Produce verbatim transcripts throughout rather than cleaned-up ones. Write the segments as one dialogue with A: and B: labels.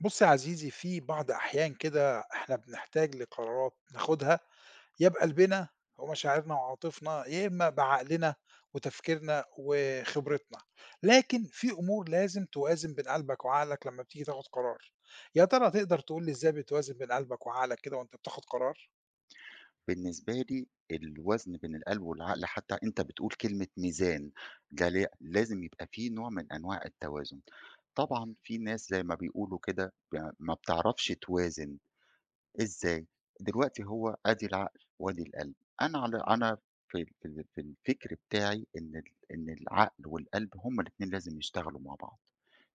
A: بُصّي يا عزيزي، في بعض أحيان كده إحنا بنحتاج لقرارات ناخدها يا بقلبنا ومشاعرنا وعواطفنا، يا إما بعقلنا وتفكيرنا وخبرتنا. لكن في أمور لازم توازن بين قلبك وعقلك لمّا بتيجي تاخد قرار. يا ترى تقدر تقول لي إزاي بتوازن بين قلبك وعقلك كده وأنت بتاخد قرار؟
B: بالنسبة لي الوزن بين القلب والعقل، حتى أنت بتقول كلمة ميزان. ده لا- لازم يبقى فيه نوع من أنواع التوازن. طبعا في ناس زي ما بيقولوا كده ب- ما بتعرفش توازن إزاي؟ دلوقتي هو آدي العقل وآدي القلب، أنا على أنا في في في الفكر بتاعي إن ال إن العقل والقلب هُم الاتنين لازم يشتغلوا مع بعض،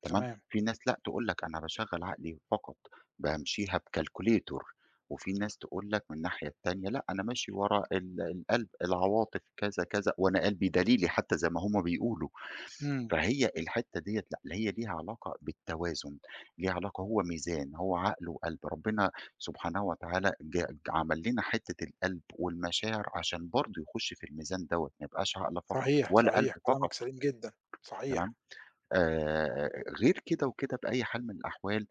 B: تمام؟
A: تمام.
B: في ناس لأ تقول لك أنا باشغّل عقلي فقط، بامشيها بcalculator. وفي ناس تقول لك من الناحية التانية لأ أنا ماشي ورا ال القلب، العواطف كذا، كذا، وأنا قلبي دليلي حتى زي ما هُم بيقولوا.
A: إمم.
B: فهي الحتة ديّة لأ، اللي هي ليها علاقة بالتوازن، ليها علاقة، هو ميزان، هو عقل وقلب. ربنا سبحانه وتعالى ج عمل لنا حتة القلب والمشاعر عشان برضه يخش في الميزان دوّة، ما يبقاش عقل فقط
A: صحيح،
B: ولا قلب
A: صحيح.
B: فقط،
A: كلامك سليم جدًا. صحيح،
B: تمام؟ آآ غير كده وكده بأي حال من الأحوال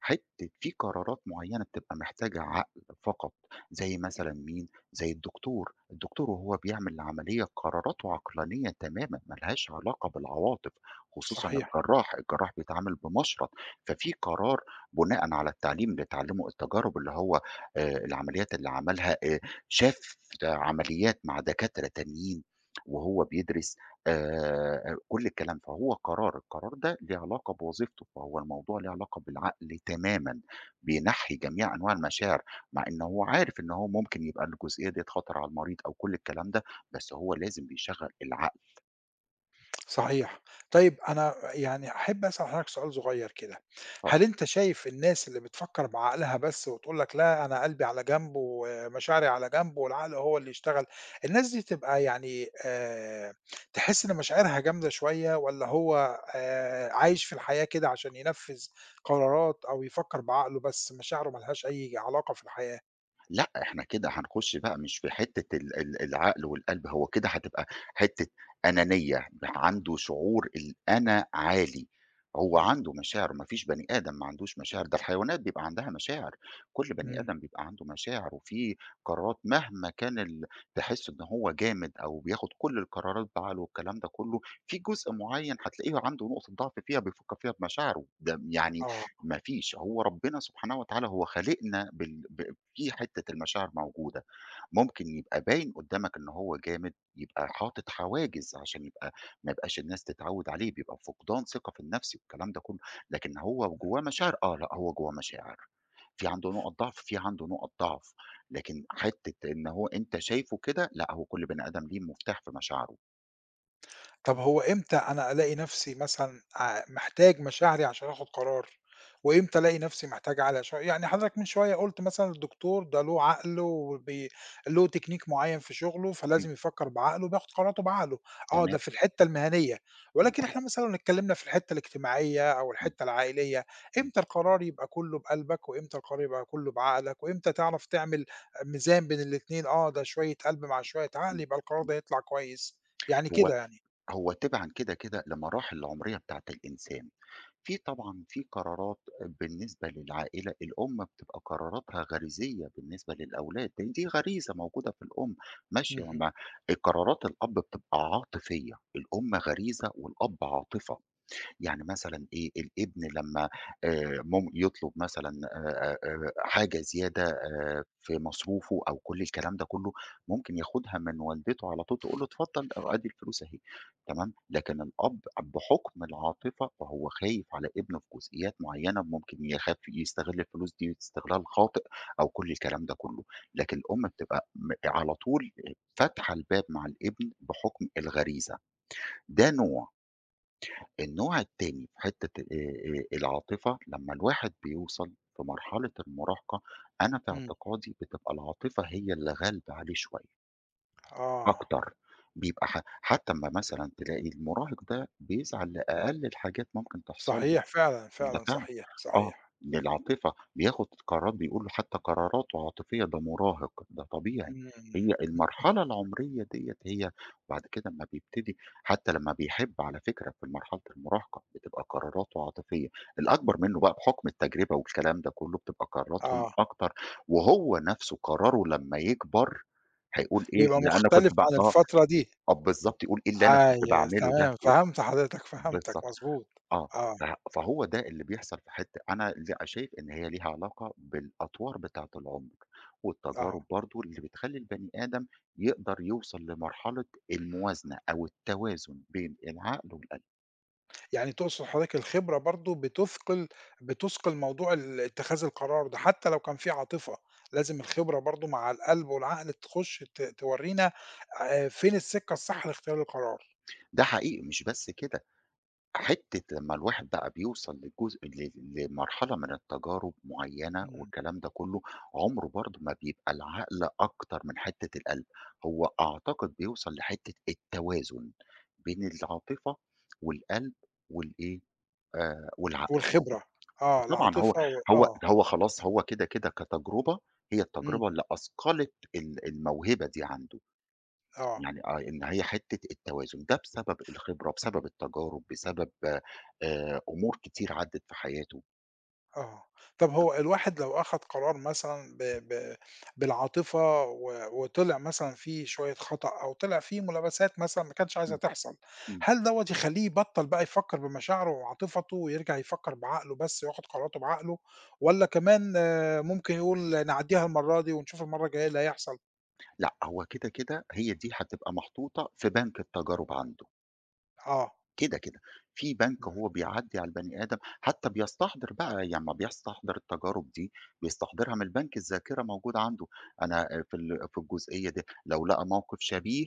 B: حتّة في قرارات معيّنة بتبقى محتاجة عقل فقط، زي مثلًا مين، زي الدكتور، الدكتور وهو بيعمل العملية قراراته عقلانية تمامًا، ما لهاش علاقة بالعواطف، خصوصًا
A: صحيح.
B: الجراح، الجراح بيتعامل بمشرط، ففي قرار بناءً على التعليم اللي اتعلمه، التجارب اللي هو آآ العمليات اللي عملها، آآ شاف عمليات مع دكاترة تانيين وهو بيدرس، آآ كل الكلام، فهو قرار، القرار ده ليه علاقة بوظيفته، فهو الموضوع ليه علاقة بالعقل تمامًا، بينَحّي جميع أنواع المشاعر، مع إن هو عارف إن هو ممكن يبقى الجزئية ديّة خطر على المريض أو كل الكلام ده، بس هو لازم بيشغّل العقل.
A: صحيح. طيب أنا يعني أحب أسأل حضرتك سؤال صغير كده.
B: ف
A: هل أنت شايف الناس اللي بتفكّر بعقلها بس وتقول لك لأ أنا قلبي على جنب ومشاعري على جنب والعقل هو اللي يشتغل، الناس دي تبقى يعني آآ تحس إن مشاعرها جامدة شوية والّا هو آآ عايش في الحياة كده عشان ينفّذ قرارات أو يفكّر بعقله بس مشاعره ما لهاش أي علاقة في الحياة؟
B: لأ، إحنا كده هنخش بقى مش في حتّة ال ال العقل والقلب، هو كده هتبقى حتّة أنانية، عنده شعور الأنا عالي، هو
A: إمم،
B: عنده مشاعر، ما فيش بني آدم ما عندوش مشاعر، ده الحيوانات بيبقى عندها مشاعر، كل بني
A: إمم،
B: آدم بيبقى عنده مشاعر. وفي قرارات مهما كان ال تحس إن هو جامد أو بياخد كل القرارات بعقله والكلام ده كلّه، في جزء معيّن هتلاقيه عنده نقطة ضعف فيها بيفكّر فيها بمشاعره، ده يعني
A: آه.
B: ما فيش، هو ربنا سبحانه وتعالى هو خالقنا بال ب في حتة المشاعر موجودة، ممكن يبقى باين قدّامك إن هو جامد، يبقى حاطط حواجز عشان يبقى ما يبقاش الناس تتعوّد عليه، بيبقى فقدان ثقة في النفس والكلام ده كلّه، لكن هو جوّاه مشاعر آه، لأ هو جوّاه مشاعر، في عنده نُقط ضعف، في عنده نُقط ضعف، لكن حتة إن هو أنت شايفه كده، لأ هو كل بني آدم ليه مفتاح في مشاعره.
A: طب هو إمتى أنا ألاقي نفسي مثلًا ع محتاج مشاعري عشان آخُد قرار، وإمتى ألاقي نفسي محتاج عقلي عشان يعني حضرتك من شوية قُلت مثلًا الدكتور ده له عقل وبي له تكنيك معيّن في شغله،
B: إمم،
A: فلازم يفكّر بعقله وبياخُد قراراته بعقله، آه
B: تمام،
A: ده في الحتّة المهنية،
B: إمم،
A: ولكن إحنا مثلًا لو اتكلّمنا في الحتّة الاجتماعية أو
B: إمم،
A: الحتّة العائلية،
B: إمم،
A: إمتى القرار يبقى كُلّه بقلبك وإمتى القرار يبقى كُلّه بعقلك وإمتى تعرف تعمل ميزان بين الاتنين، آه ده شوية قلب مع شوية عقل
B: إمم،
A: يبقى القرار
B: إمم.
A: ده هيطلع كويس، يعني
B: هو
A: كده يعني؟
B: هو تبعًا كده، كده لمراحل العمرية بتاعة الإنسان. في طبعًا في قرارات بالنسبة للعائلة، الأم بتبقى قراراتها غريزية بالنسبة للأولاد، لإن دي غريزة موجودة في الأم ماشية
A: اهم،
B: مع قرارات الأب بتبقى عاطفية، الأم غريزة والأب عاطفة. يعني مثلًا إيه، الابن لمّا آآ مم يطلب مثلًا آآ آآ حاجة زيادة آآ في مصروفه أو كل الكلام ده كله، ممكن ياخدها من والدته على طول تقول له اتفضل أو أدي الفلوس أهي، تمام، لكن الأب بحكم العاطفة فهو خايف على ابنه في جزئيات معيّنة، ممكن يخاف يستغل الفلوس دي استغلال خاطئ أو كل الكلام ده كله، لكن الأم بتبقى م على طول فاتحة الباب مع الابن بحكم الغريزة، ده نوع. النوع التاني في حتة آآ، آآ، العاطفة لمّا الواحد بيوصل في مرحلة المراهقة، أنا في
A: إمم،
B: اعتقادي بتبقى العاطفة هي اللي غالبة عليه شوية
A: آه،
B: أكتر، بيبقى ح حتى أمّا مثلًا تلاقي المراهق ده بيزعل لأقل الحاجات ممكن تحصل له.
A: صحيح فعلًا،
B: ده
A: فعلًا
B: فعلًا،
A: صحيح،
B: آه،
A: صحيح،
B: للعاطفة، بياخد قرارات بيقول له حتى قراراته عاطفية، ده مراهق، ده طبيعي،
A: إمم،
B: هي المرحلة العمرية ديّة هي. وبعد كده أمّا بيبتدي حتى لمّا بيحب على فكرة في مرحلة المراهقة، بتبقى قراراته عاطفية، الأكبر منّه بقى بحكم التجربة والكلام ده كلّه بتبقى قراراتهم
A: آه،
B: أكتر، وهو نَفْسه قراره لمّا يكبر هيقول إيه
A: بيبقى
B: اللي أنا
A: مختلف
B: كنت ب
A: عن
B: آه،
A: الفترة دي،
B: آه بالضبط، يقول إيه اللي أنا كنت
A: أيوه
B: باعمله ده،
A: تمام،
B: و
A: فهمت حضرتك، فهمتك،
B: بالضبط.
A: مضبوط،
B: آه،
A: آه،
B: فه فهو ده اللي بيحصل في حتّة أنا ل شايف إن هي ليها علاقة بالأطوار بتاعة العمر،
A: آه،
B: والتجارب برضه اللي بتخلّي البني آدم يقدر يوصل لمرحلة الموازنة أو التوازن بين العقل والقلب،
A: يعني تقصد حضرتك الخبرة برضه بتثقل بتثقل موضوع ال اتخاذ القرار ده، حتى لو كان في عاطفة، لازم الخبرة برضه مع القلب والعقل تخش ت تورينا آآ، فين السكة الصح لاختيار القرار،
B: ده حقيقي مش بس كده. حتّة لمّا الواحد بقى بيوصل لجزء ل لمرحلة من التجارب معيّنة
A: إمم،
B: والكلام ده كلّه، عمره برضه ما بيبقى العقل أكتر من حتّة القلب، هو أعتقد بيوصل لحتّة التوازن بين العاطفة والقلب والإيه، آآ والعقل، هو
A: والخبرة، آه،
B: طبعًا هو
A: العاطفة و
B: هو
A: آه،
B: هو خلاص هو كده، كده كتجربة، هي
A: إمم،
B: التجربة اللي أثقلت ال الموهبة دي عنده.
A: آه.
B: يعني آه، إن هي حتّة التوازن، ده بسبب الخبرة، بسبب التجارب، بسبب آآ أمور كتير عدّت في حياته.
A: آه. طب هو الواحد لو أخَد قرار مثلًا ب ب بالعاطفة و وطلع مثلًا فيه شوية خطأ أو طلع فيه ملابسات مثلًا ما كانش عايزة
B: إمم،
A: تحصل،
B: إمم.
A: هل دوّة يخلّيه يبطّل بقى يفكّر بمشاعره وعاطفته ويرجع يفكّر بعقله بس وياخد قراراته بعقله، والّا كمان آه، ممكن يقول نعدّيها المرّة دي ونشوف المرّة الجاية إيه اللي هيحصل؟
B: لأ، هو كده، كده هي دي هتبقى محطوطة في بنك التجارب عنده،
A: آه.
B: كده، كده. في بنك
A: إمم.
B: هو بيعدّي على البني آدم، حتّى بيستحضر بقى، يعني لمّا بيستحضر التجارب دي، بيستحضرها من البنك، الذاكرة موجودة عنده. أنا آه، في ال في الجزئية دي، لو لقى موقف شبيه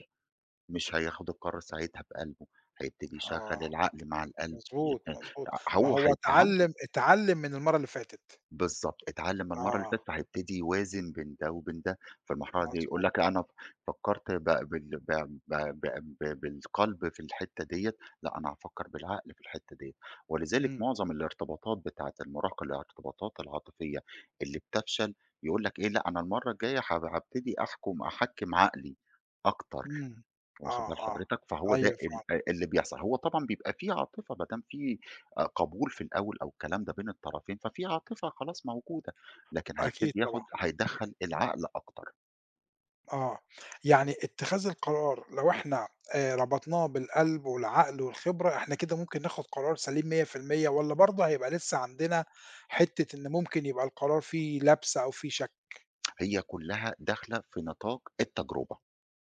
B: مش هياخد القرار ساعتها بقلبه، هيبتدي يشغّل
A: آه.
B: العقل مع القلب،
A: مضبوط،
B: يبقى
A: مضبوط. ما
B: هو
A: هو
B: هيبقى عنده
A: اتعلّم اتعلّم من المرّة اللي فاتت.
B: بالضبط، اتعلّم المَرّة اللي
A: آه.
B: فاتت فهيبتدي يوازن بين ده وبين ده، فالمرحلة دي يقول
A: مضبوط.
B: لك أنا ف فكّرت ب بال ب ب ب ب بالقلب في الحتّة ديّة، لأ أنا هافكّر بالعقل في الحتّة ديّة، ولذلك
A: إمم.
B: معظم الارتباطات بتاعة المراهقة، الارتباطات العاطفية اللي بتفشل يقول لك إيه، لأ أنا المَرّة الجاية ه هابتدي أحكُم أحكّم عقلي أكتر.
A: إمم. آه،
B: واخد بال
A: آه.
B: حضرتك؟ فهو ده
A: أيوه
B: ال
A: فعلًا.
B: آآ اللي بيحصل، هو طبعًا بيبقى في عاطفة ما دام في آآ قبول في الأول أو الكلام ده بين الطرفين، ففي عاطفة خلاص موجودة، لكن
A: أكيد
B: هيبتدي
A: طبعًا.
B: ياخد هيدخّل العقل أكتر،
A: آه. يعني اتخاذ القرار لو إحنا آآ ربطناه بالقلب والعقل والخبرة، إحنا كده ممكن ناخد قرار سليم مية في المية والّا برضه هيبقى لسه عندنا حتّة إن ممكن يبقى القرار فيه لبْسة أو فيه شك؟
B: هي كلّها داخلة في نطاق التجربة.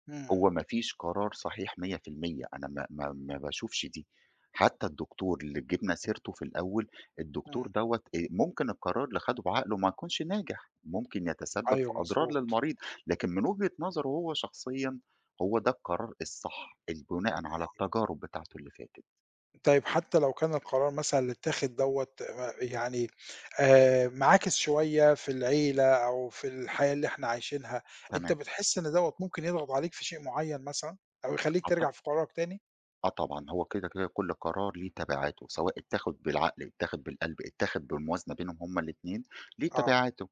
A: إمم،
B: هو ما فيش قرار صحيح مية في المية، أنا ما ما ما باشوفش دي، حتى الدكتور اللي جِبنا سيرته في الأول، الدكتور
A: إمم.
B: دوّة آآ ممكن القرار اللي خده بعقله ما يكونش ناجح، ممكن يتسبب في
A: أيوه
B: أضرار
A: مضبوط.
B: للمريض، لكن من وجهة نظره هو شخصيًا هو ده القرار الصح، ال بناءً على التجارب بتاعته اللي فاتت،
A: طيب حتى لو كان القرار مثلًا اللي اتاخد دوّة آآ يعني آآ معاكِس شوية في العيلة أو في الحياة اللي إحنا عايشينها، أنت
B: تمام،
A: بتحس إن دوّة ممكن يضغط عليك في شيء معيّن مثلًا أو يخلّيك
B: آه ط
A: ترجع في قرارك تاني؟
B: آه طبعًا، هو كده، كده كل قرار ليه تبعاته، سواء اتاخد بالعقل، اتاخد بالقلب، اتاخد بالموازنة بينهم هُم الاتنين، ليه
A: آه،
B: تبعاته.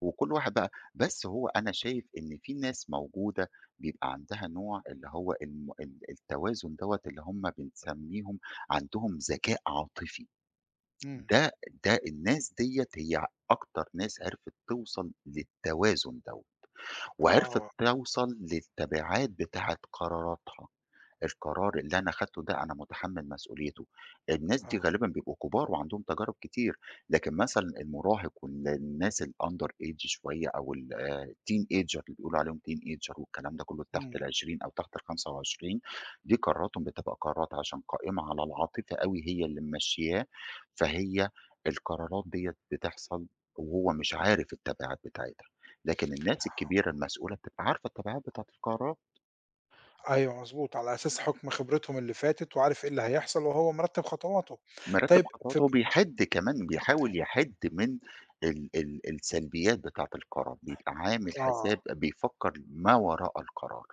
B: وكل واحد بقى بس هو أنا شايف إن في ناس موجودة بيبقى عندها نوع اللي هو الم ال التوازن دوّة اللي هم بنسميهم عندهم ذكاء عاطفي،
A: إمم،
B: ده ده الناس ديّة هي أكتر ناس عرفت توصل للتوازن دوّة، وعرفت
A: آه،
B: توصل للتبعات بتاعة قراراتها. القرار اللي أنا خدته ده أنا متحمل مسؤوليته، الناس دي
A: آه،
B: غالبًا بيبقوا كبار وعندهم تجارب كتير، لكن مثلًا المراهق والناس الunder age شوية أو ال آآ teenager اللي بيقولوا عليهم teenager والكلام ده كله تحت
A: إمم،
B: العشرين أو تحت الخمسة وعشرين، دي قراراتهم بتبقى قرارات عشان قائمة على العاطفة أوي هي اللي ممشياه، فهي القرارات ديّة بتحصل وهو مش عارف التبعات بتاعتها، لكن الناس الكبيرة المسؤولة بتبقى عارفة التبعات بتاعة القرارات.
A: أيوه مضبوط، على أساس حُكم خبرتهم اللي فاتت وعارف إيه اللي هيحصل وهو مرتّب خطواته.
B: مرتّب
A: طيب في
B: خطواته
A: ب
B: وبيحِد كمان، بيحاول يحِد من ال ال السلبيات بتاعة القرار، بيبقى عامل حساب
A: آه.
B: بيفكّر ما وراء القرار.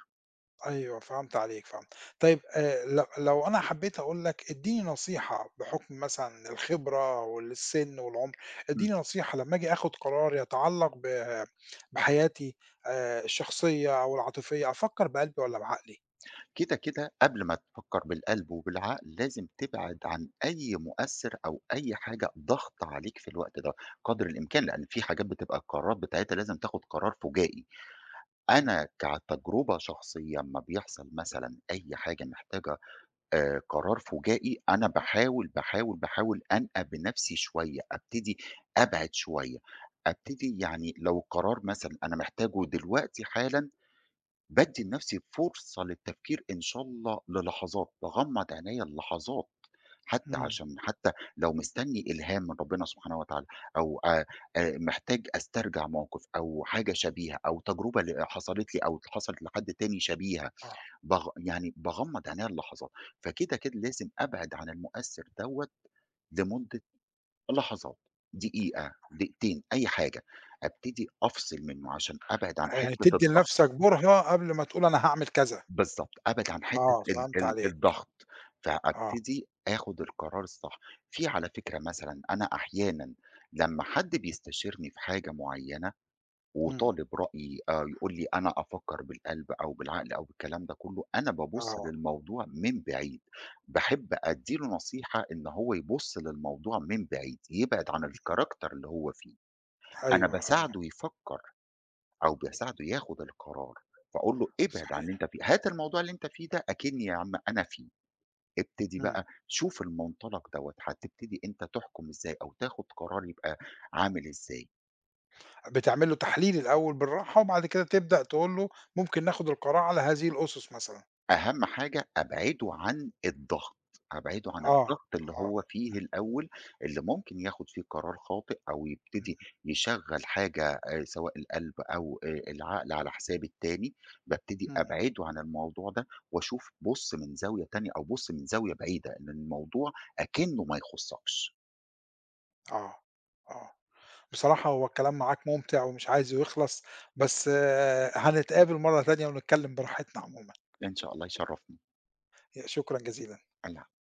A: أيوه، فهمت عليك، فهمت. طيب آآ ل لو أنا حبّيت أقول لك ادّيني نصيحة بحُكم مثلًا الخبرة والسِن والعُمر،
B: إمم.
A: ادّيني نصيحة لمّا آجي آخُد قرار يتعلّق ب بحياتي آآ الشخصية أو العاطفية، أفكّر بقلبي والّا بعقلي؟
B: كده، كده قبل ما تفكّر بالقلب وبالعقل لازم تبعد عن أي مؤثِّر أو أي حاجة ضاغطة عليك في الوقت ده قدر الإمكان، لإن في حاجات بتبقى القرارات بتاعتها لازم تاخُد قرار فُجائي.
A: إمم،
B: أنا كتجربة شخصية أمّا بيحصل مثلًا أي حاجة محتاجة آآ قرار فُجائي، أنا باحاول، باحاول، باحاول أنأى بنَفْسي شوية، أبتدي أبعد شوية، أبتدي يعني لو قرار مثلًا أنا محتاجه دلوقتي حالًا، بادّي لنَفْسي فرصة للتفكير إن شاء الله للحظات، باغمّض عينيّا للحظات، حتى
A: إمم،
B: عشان حتى لو مستنّي إلهام من ربنا سبحانه وتعالى أو آآ آآ محتاج أسترجع موقِف أو حاجة شبيهة أو تجربة ل حصلت لي أو حصلت لحد تاني شبيهة.
A: آه.
B: باغ يعني باغمّض عينيّا للحظات، فكده، كده لازم أبعد عن المؤثّر دوّة لمدة لحظات، دقيقة، دقيقتين، أي حاجة، أبتدي أفصل منّه عشان أبعد عن
A: يعني
B: حتّة
A: تدّي
B: الضغط
A: لنَفْسك برهة قبل ما تقول أنا هاعمل كذا.
B: بالضبط، أبعد عن حتّة
A: آه،
B: ال
A: فهمت
B: ال
A: عليك.
B: الضغط،
A: آه،
B: فأبتدي آخُد القرار الصح. في على فكرة مثلًا أنا أحيانًا لمّا حد بيستشيرني في حاجة معيّنة
A: إمم،
B: وطالب رأيي آآ يقول لي أنا أفكّر بالقلب أو بالعقل أو بالكلام ده كُلّه، أنا بابُص
A: آه.
B: للموضوع من بعيد، باحب أدّي له نصيحة إن هو يبُص للموضوع من بعيد، يبعد عن الcharacter اللي هو فيه، أنا
A: أيوه، أيوه،
B: باساعده يفكّر أو باساعده ياخُد القرار، فأقول له ابعد عن اللي
A: صحيح.
B: أنت فيه، هات الموضوع اللي أنت فيه ده أكنّي يا عم أنا فيه، ابتدي
A: إمم.
B: بقى شوف المنطلق دوّة، هتبتدي أنت تحكُم إزاي أو تاخُد قرار يبقى عامل إزاي.
A: بتعمل له تحليل الأول بالراحة، وبعد كده تبدأ تقول له ممكن ناخد القرار على هذه الأُسُس مثلًا.
B: أهم حاجة أبعده عن الضغط، أبعده عن
A: آه،
B: الضغط اللي
A: آه،
B: هو فيه الأول، اللي ممكن ياخد فيه قرار خاطئ أو
A: إمم،
B: يبتدي يشغّل حاجة آآ سواء القلب أو آآ العقل على حساب التاني، بابتدي
A: إمم،
B: أبعده عن الموضوع ده وأشوف بُص من زاوية تانية أو بُص من زاوية بعيدة، إن الموضوع أكنّه ما يخُصّكش.
A: آه، آه. بصراحة هو الكلام معاك مُمتع ومش عايزه يخلص، بس آه، هنتقابل مرّة تانية ونتكلّم براحتنا عمومًا،
B: إن شاء الله يشرّفني،
A: ي شكرًا جزيلًا.
B: العفو.